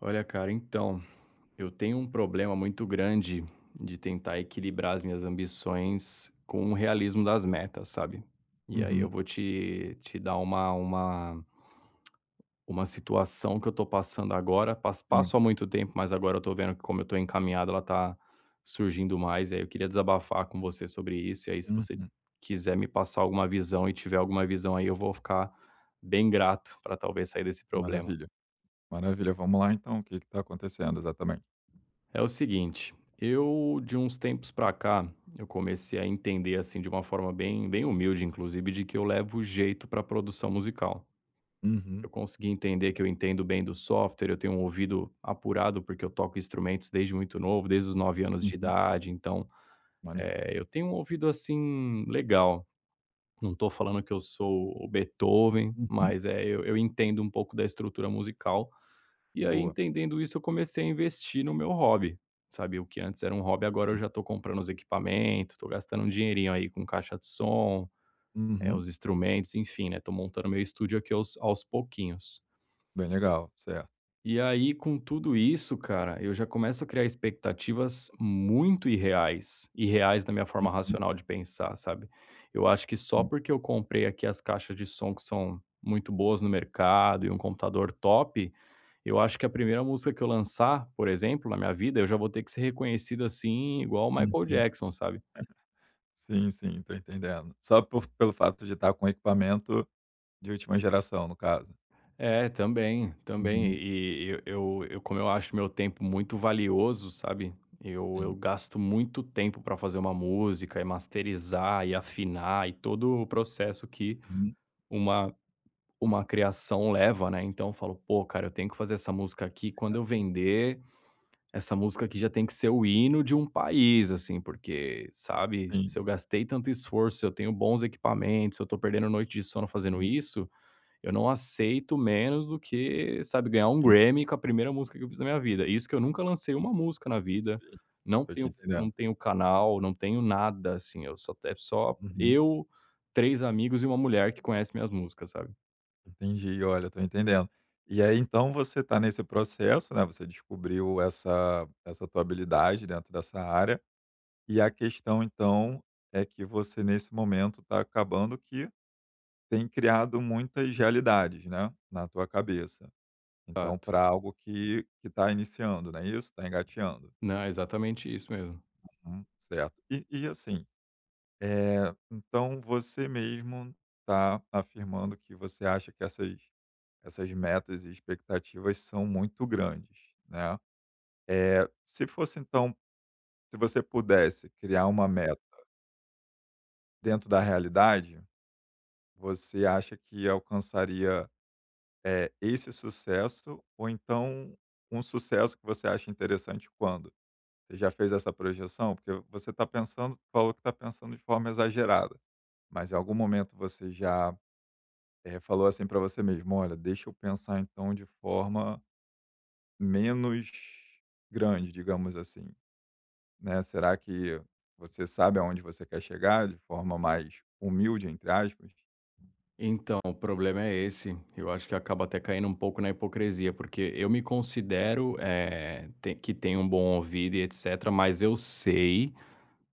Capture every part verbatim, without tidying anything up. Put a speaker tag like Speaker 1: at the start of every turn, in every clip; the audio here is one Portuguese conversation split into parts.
Speaker 1: Olha, cara, então, eu tenho um problema muito grande de tentar equilibrar as minhas ambições com o realismo das metas, sabe? E aí eu
Speaker 2: Uhum,
Speaker 1: vou te, te dar uma, uma, uma situação que eu tô passando agora. Pas-
Speaker 2: sim.
Speaker 1: Passo há muito tempo, mas agora eu tô vendo que como eu tô encaminhado, ela tá surgindo mais. E aí eu queria desabafar com você sobre isso. E aí, se você
Speaker 2: Uhum.
Speaker 1: quiser me passar alguma visão e tiver alguma visão aí, eu vou ficar bem grato para talvez sair desse problema.
Speaker 2: Maravilha, maravilha. Vamos lá então, o que está acontecendo exatamente?
Speaker 1: É o seguinte, eu de uns tempos pra cá, eu comecei a entender, assim, de uma forma bem bem humilde inclusive, de que eu levo jeito pra produção musical.
Speaker 2: Uhum,
Speaker 1: Eu consegui entender que eu entendo bem do software, eu tenho um ouvido apurado, porque eu toco instrumentos desde muito novo, desde os nove anos de
Speaker 2: uhum.
Speaker 1: idade, então,
Speaker 2: Maneiro.
Speaker 1: eh, eu tenho um ouvido, assim, legal. Não tô falando que eu sou o Beethoven,
Speaker 2: Uhum.
Speaker 1: mas, é eu eu entendo um pouco da estrutura musical e aí,
Speaker 2: Boa.
Speaker 1: entendendo isso, eu comecei a investir no meu hobby, sabe, o que antes era um hobby, agora eu
Speaker 2: Sim.
Speaker 1: já tô comprando os equipamentos, tô gastando um dinheirinho aí com caixa de som, é
Speaker 2: Uhum.
Speaker 1: os instrumentos, enfim, né, tô montando meu estúdio aqui aos aos pouquinhos.
Speaker 2: Bem legal, certo.
Speaker 1: E aí, com tudo isso, cara, eu já começo a criar expectativas muito irreais, irreais na minha forma
Speaker 2: Uhum,
Speaker 1: racional de pensar, sabe? Eu acho que só
Speaker 2: sim.
Speaker 1: porque eu comprei aqui as caixas de som que são muito boas no mercado e um computador top, eu acho que a primeira música que eu lançar, por exemplo, na minha vida, eu já vou ter que ser reconhecido assim, igual o Michael
Speaker 2: Uhum.
Speaker 1: Jackson, sabe?
Speaker 2: Sim, sim, tô entendendo. Só por pelo fato de estar com equipamento de última geração, no caso?
Speaker 1: É, também, também.
Speaker 2: Uhum.
Speaker 1: E e eu eu como eu acho meu tempo muito valioso, sabe, eu eu
Speaker 2: Sim.
Speaker 1: gasto muito tempo para fazer uma música e masterizar e afinar e todo o processo que
Speaker 2: Uhum.
Speaker 1: uma uma criação leva, né, então eu falo: "Pô, cara, eu tenho que fazer essa música aqui, quando eu vender, essa música aqui já tem que ser o hino de um país, assim, porque, sabe,
Speaker 2: Sim.
Speaker 1: se eu gastei tanto esforço, se eu tenho bons equipamentos, se eu tô perdendo noite de sono fazendo
Speaker 2: Uhum.
Speaker 1: isso, eu não aceito menos do que, sabe, ganhar um
Speaker 2: Entendi.
Speaker 1: Grammy com a primeira música que eu fiz na minha vida. Isso que eu nunca lancei uma música na vida,
Speaker 2: Sim,
Speaker 1: não
Speaker 2: tô te
Speaker 1: tenho
Speaker 2: entendendo.
Speaker 1: não tenho canal, não tenho nada, assim, eu só é só
Speaker 2: Uhum.
Speaker 1: eu, três amigos e uma mulher que conhece minhas músicas, sabe.
Speaker 2: Entendi, olha, estou entendendo. E aí então você está nesse processo, né, você descobriu essa essa tua habilidade dentro dessa área, e a questão então é que você nesse momento está acabando que tem criado muitas realidades, né, na tua cabeça. Então
Speaker 1: Exato.
Speaker 2: para algo que que está iniciando, não é isso? Está engatinhando.
Speaker 1: Não, é exatamente isso mesmo.
Speaker 2: Hum, certo. E e assim, Eh, então você mesmo está afirmando que você acha que essas essas metas e expectativas são muito grandes, né. Eh, se fosse então se você pudesse criar uma meta dentro da realidade, você acha que alcançaria, eh, esse sucesso ou então um sucesso que você acha interessante quando? Você já fez essa projeção? Porque você está pensando falou que está pensando de forma exagerada, mas em algum momento você já é, falou assim para você mesmo: "Olha, deixa eu pensar então de forma menos grande", digamos assim, né. Será que você sabe aonde você quer chegar de forma mais "humilde", entre aspas?
Speaker 1: Então, o problema é esse, eu acho que acaba até caindo um pouco na hipocrisia, porque eu me considero, eh, tem que tenho um bom ouvido e etcétera, mas eu sei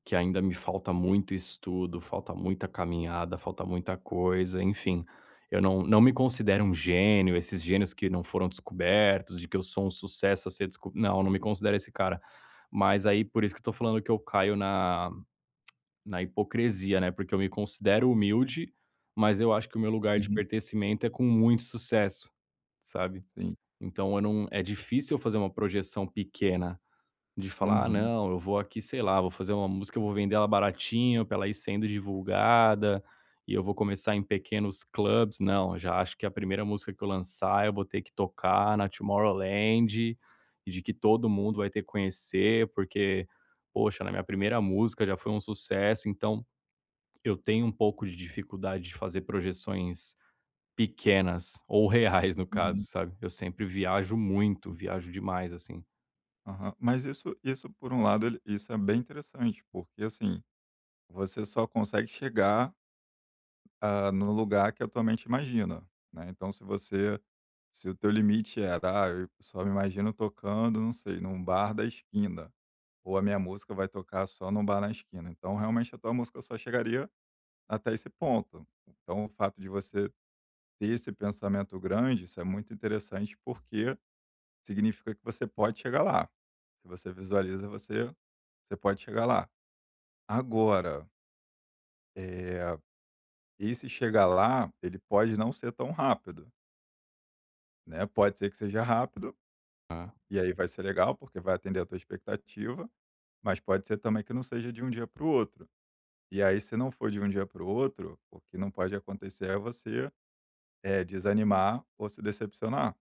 Speaker 1: que ainda me falta muito estudo, falta muita caminhada, falta muita coisa, enfim. Eu não não me considero um gênio, esses gênios que não foram descobertos, de que eu sou um sucesso a ser desco não, eu não me considero esse cara. Mas aí por isso que eu tô falando que eu caio na na hipocrisia, né, porque eu me considero humilde, mas eu acho que o meu lugar de
Speaker 2: Uhum.
Speaker 1: pertencimento é com muito sucesso, sabe.
Speaker 2: Sim.
Speaker 1: Então eu não é difícil eu fazer uma projeção pequena. De falar: "Ah,
Speaker 2: Uhum,
Speaker 1: não, eu vou aqui, sei lá, vou fazer uma música, eu vou vender ela baratinho pra ela ir sendo divulgada, e eu vou começar em pequenos clubs". Não, já acho que a primeira música que eu lançar, eu vou ter que tocar na Tomorrowland, e de que todo mundo vai ter que conhecer, porque, poxa, na minha primeira música já foi um sucesso. Então, eu tenho um pouco de dificuldade de fazer projeções pequenas, ou reais no caso,
Speaker 2: uhum.
Speaker 1: sabe. Eu sempre viajo muito, viajo demais, assim.
Speaker 2: Aham. Mas isso isso por um lado ele isso é bem interessante, porque assim, você só consegue chegar ah, no lugar que a tua mente imagina, né. Então se você se o teu limite era: "Ah, eu só me imagino tocando, não sei, num bar da esquina, ou a minha música vai tocar só num bar na esquina", então realmente a tua música só chegaria até esse ponto. Então o fato de você ter esse pensamento grande, isso é muito interessante, porque significa que você pode chegar lá. Se você visualiza, você você pode chegar lá. Agora, eh, esse chegar lá, ele pode não ser tão rápido. Né, pode ser que seja rápido, e aí vai ser legal, porque vai atender a tua expectativa, mas pode ser também que não seja de um dia para o outro. E aí, se não for de um dia para o outro, o que não pode acontecer é você eh, desanimar ou se decepcionar,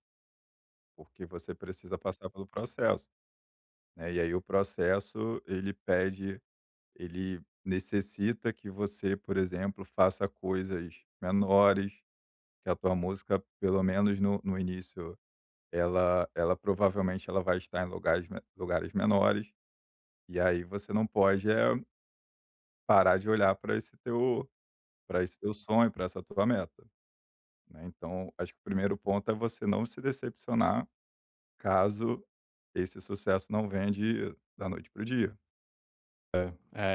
Speaker 2: porque você precisa passar pelo processo. Né? E aí o processo, ele pede, ele necessita que você, por exemplo, faça coisas menores, que a tua música, pelo menos no, no início, Ela ela provavelmente ela vai estar em lugares me lugares menores, e aí você não pode, é parar de olhar para esse teu para esse teu sonho, para essa tua meta, né. Então, acho que o primeiro ponto é você não se decepcionar caso esse sucesso não venha de da noite para o dia.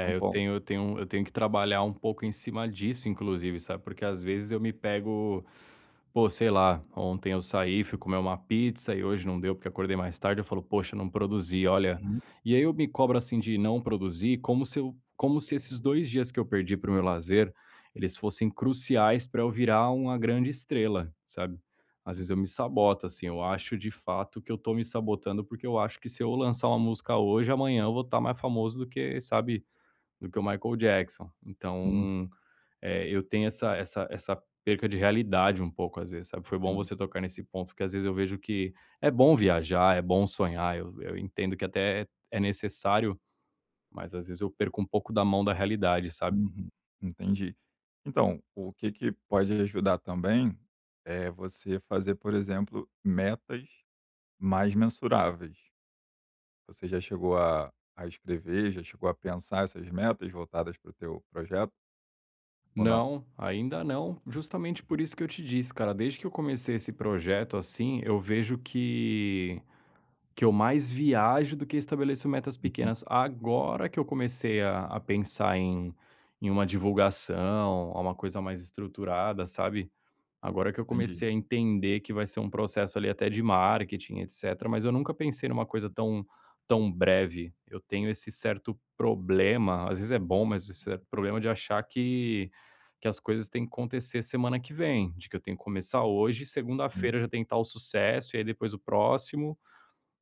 Speaker 2: Esse é um
Speaker 1: eu
Speaker 2: ponto.
Speaker 1: tenho eu tenho eu tenho que trabalhar um pouco em cima disso inclusive, sabe, porque às vezes eu me pego, pô, sei lá, ontem eu saí, fui comer uma pizza e hoje não deu porque acordei mais tarde, eu falo: "Poxa, não produzi, olha".
Speaker 2: Uhum.
Speaker 1: E aí eu me cobro, assim, de não produzir como se eu como se esses dois dias que eu perdi para o meu lazer, eles fossem cruciais para eu virar uma grande estrela, sabe. Às vezes eu me saboto, assim, eu acho de fato que eu estou me sabotando, porque eu acho que se eu lançar uma música hoje, amanhã eu vou estar mais famoso do que, sabe, do que o Michael Jackson.
Speaker 2: Uhum.
Speaker 1: Então, eh, eu tenho essa essa essa perca de realidade um pouco às vezes, sabe. Foi bom
Speaker 2: Sim.
Speaker 1: você tocar nesse ponto, porque às vezes eu vejo que é bom viajar, é bom sonhar, eu eu entendo que até é necessário, mas às vezes eu perco um pouco da mão da realidade, sabe.
Speaker 2: Uhum. Entendi. Então, o que que pode ajudar também, é você fazer, por exemplo, metas mais mensuráveis. Você já chegou a, a escrever, já chegou a pensar essas metas voltadas para o teu projeto ou não?
Speaker 1: Não, ainda não, justamente por isso que eu te disse, cara, desde que eu comecei esse projeto, assim, eu vejo que Que eu mais viajo do que estabeleço metas
Speaker 2: Uhum,
Speaker 1: pequenas. Agora que eu comecei a a pensar em em uma divulgação, a uma coisa mais estruturada, sabe. Agora que eu
Speaker 2: entendi.
Speaker 1: comecei a entender que vai ser um processo ali até de marketing, etcétera, mas eu nunca pensei numa coisa tão tão breve. Eu tenho esse certo problema, às vezes é bom, mas esse certo problema de achar que que as coisas têm que acontecer semana que vem, de que eu tenho que começar hoje,
Speaker 2: Sim,
Speaker 1: segunda-feira já
Speaker 2: sim.
Speaker 1: tem tal sucesso, e aí depois o próximo,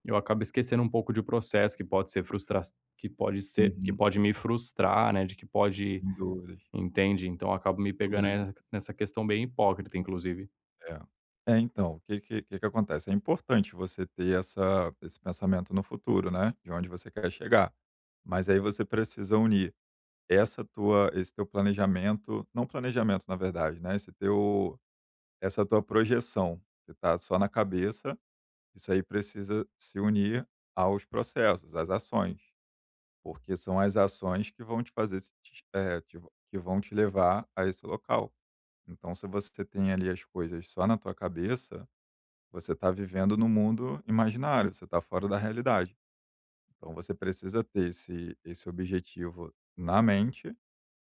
Speaker 1: eu acabo esquecendo um pouco de processo que pode ser frustra que pode ser que
Speaker 2: Uhum,
Speaker 1: pode me frustrar, né, de que pode
Speaker 2: sem dúvidas,
Speaker 1: entende? Então eu acabo me
Speaker 2: sem
Speaker 1: pegando ne
Speaker 2: dúvidas.
Speaker 1: nessa questão bem hipócrita, inclusive.
Speaker 2: É. É, então, o que, que, que que acontece? É importante você ter essa, esse pensamento no futuro, né? De onde você quer chegar. Mas aí você precisa unir essa tua, esse teu planejamento, não planejamento, na verdade, né? Esse teu, essa tua projeção que tá só na cabeça. Isso aí precisa se unir aos processos, às ações, porque são as ações que vão te fazer, se te- eh, te- que vão te levar a esse local. Então, se você tem ali as coisas só na tua cabeça, você está vivendo no mundo imaginário, você está fora da realidade. Então, você precisa ter esse, esse objetivo na mente,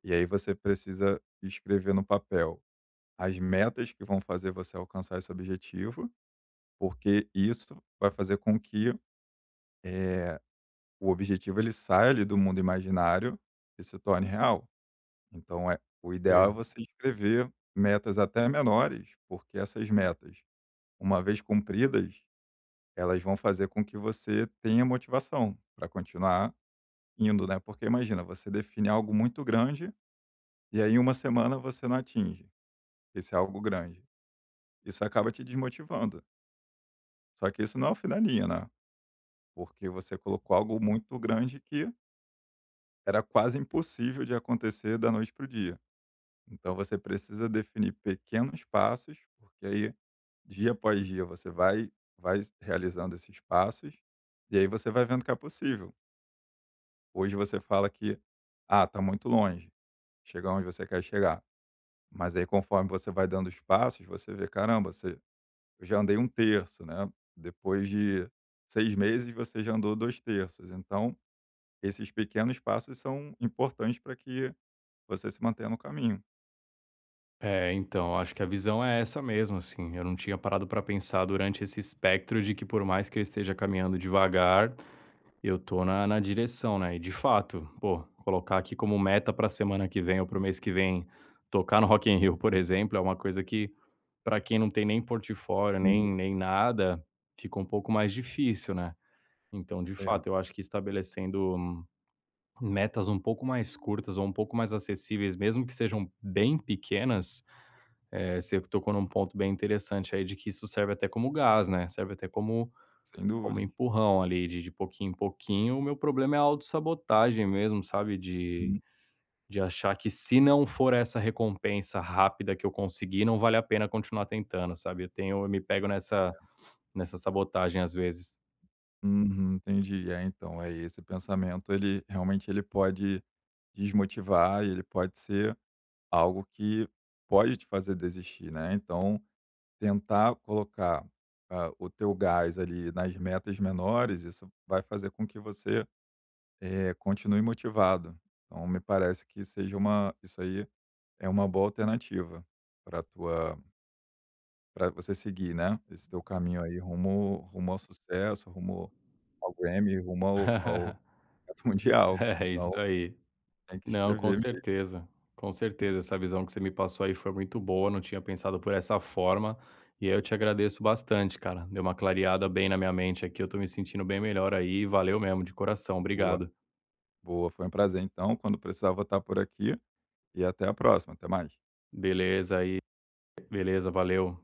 Speaker 2: e aí você precisa escrever no papel as metas que vão fazer você alcançar esse objetivo, porque isso vai fazer com que eh, o objetivo ele sai ali do mundo imaginário e se torne real. Então é o
Speaker 1: Porque
Speaker 2: ideal é você escrever metas até menores, porque essas metas, uma vez cumpridas, elas vão fazer com que você tenha motivação para continuar indo, né? Porque imagina, você define algo muito grande e aí em uma semana você não atinge esse algo grande. Isso acaba te desmotivando. Só que isso não é o fim da linha, né? Porque você colocou algo muito grande que era quase impossível de acontecer da noite para o dia. Então você precisa definir pequenos passos, porque aí dia após dia você vai vai realizando esses passos e aí você vai vendo que é possível. Hoje você fala que ah, tá muito longe, chegar onde você quer chegar. Mas aí conforme você vai dando os passos, você vê, caramba, você, eu já andei um terço, né? Depois de seis meses você já andou dois terços. Então, esses pequenos passos são importantes para que você se mantenha no caminho.
Speaker 1: é, então, acho que a visão é essa mesmo, assim, eu não tinha parado para pensar durante esse espectro de que por mais que eu esteja caminhando devagar, eu tô na na direção, né, e de fato, pô, colocar aqui como meta pra semana que vem ou para o mês que vem, tocar no Rock in Rio, por exemplo, é uma coisa que, pra quem não tem nem portfólio,
Speaker 2: Hum.
Speaker 1: nem nem nada, fica um pouco mais difícil, né. Então, de
Speaker 2: É,
Speaker 1: fato, eu acho que estabelecendo hum, metas um pouco mais curtas ou um pouco mais acessíveis, mesmo que sejam bem pequenas, eh, você tocou num ponto bem interessante aí de que isso serve até como gás, né, serve até como
Speaker 2: sem
Speaker 1: como
Speaker 2: dúvidas.
Speaker 1: empurrão ali de de pouquinho em pouquinho, o meu problema é a autossabotagem mesmo, sabe, de de achar que se não for essa recompensa rápida que eu conseguir, não vale a pena continuar tentando, sabe. Eu tenho eu me pego nessa nessa sabotagem às vezes.
Speaker 2: Uhum, entendi. É, então, é esse pensamento, ele realmente ele pode desmotivar e ele pode ser algo que pode te fazer desistir, né? Então, tentar colocar ah, o teu gás ali nas metas menores, isso vai fazer com que você eh, continue motivado. Então, me parece que seja uma, isso aí é uma boa alternativa para tua, para você seguir, né? Esse teu caminho aí rumo, rumo ao sucesso, rumo ao Grammy, rumo ao ao Campeonato mundial,
Speaker 1: É, isso
Speaker 2: então
Speaker 1: aí.
Speaker 2: tem que
Speaker 1: Não, com
Speaker 2: escrever mesmo.
Speaker 1: certeza, com certeza. Essa visão que você me passou aí foi muito boa, não tinha pensado por essa forma, e aí eu te agradeço bastante, cara. Deu uma clareada bem na minha mente aqui, eu estou me sentindo bem melhor aí, valeu mesmo, de coração,
Speaker 2: Boa,
Speaker 1: obrigado.
Speaker 2: boa, foi um prazer então, quando precisar vou estar por aqui, e até a próxima, até mais.
Speaker 1: Beleza aí, beleza, valeu.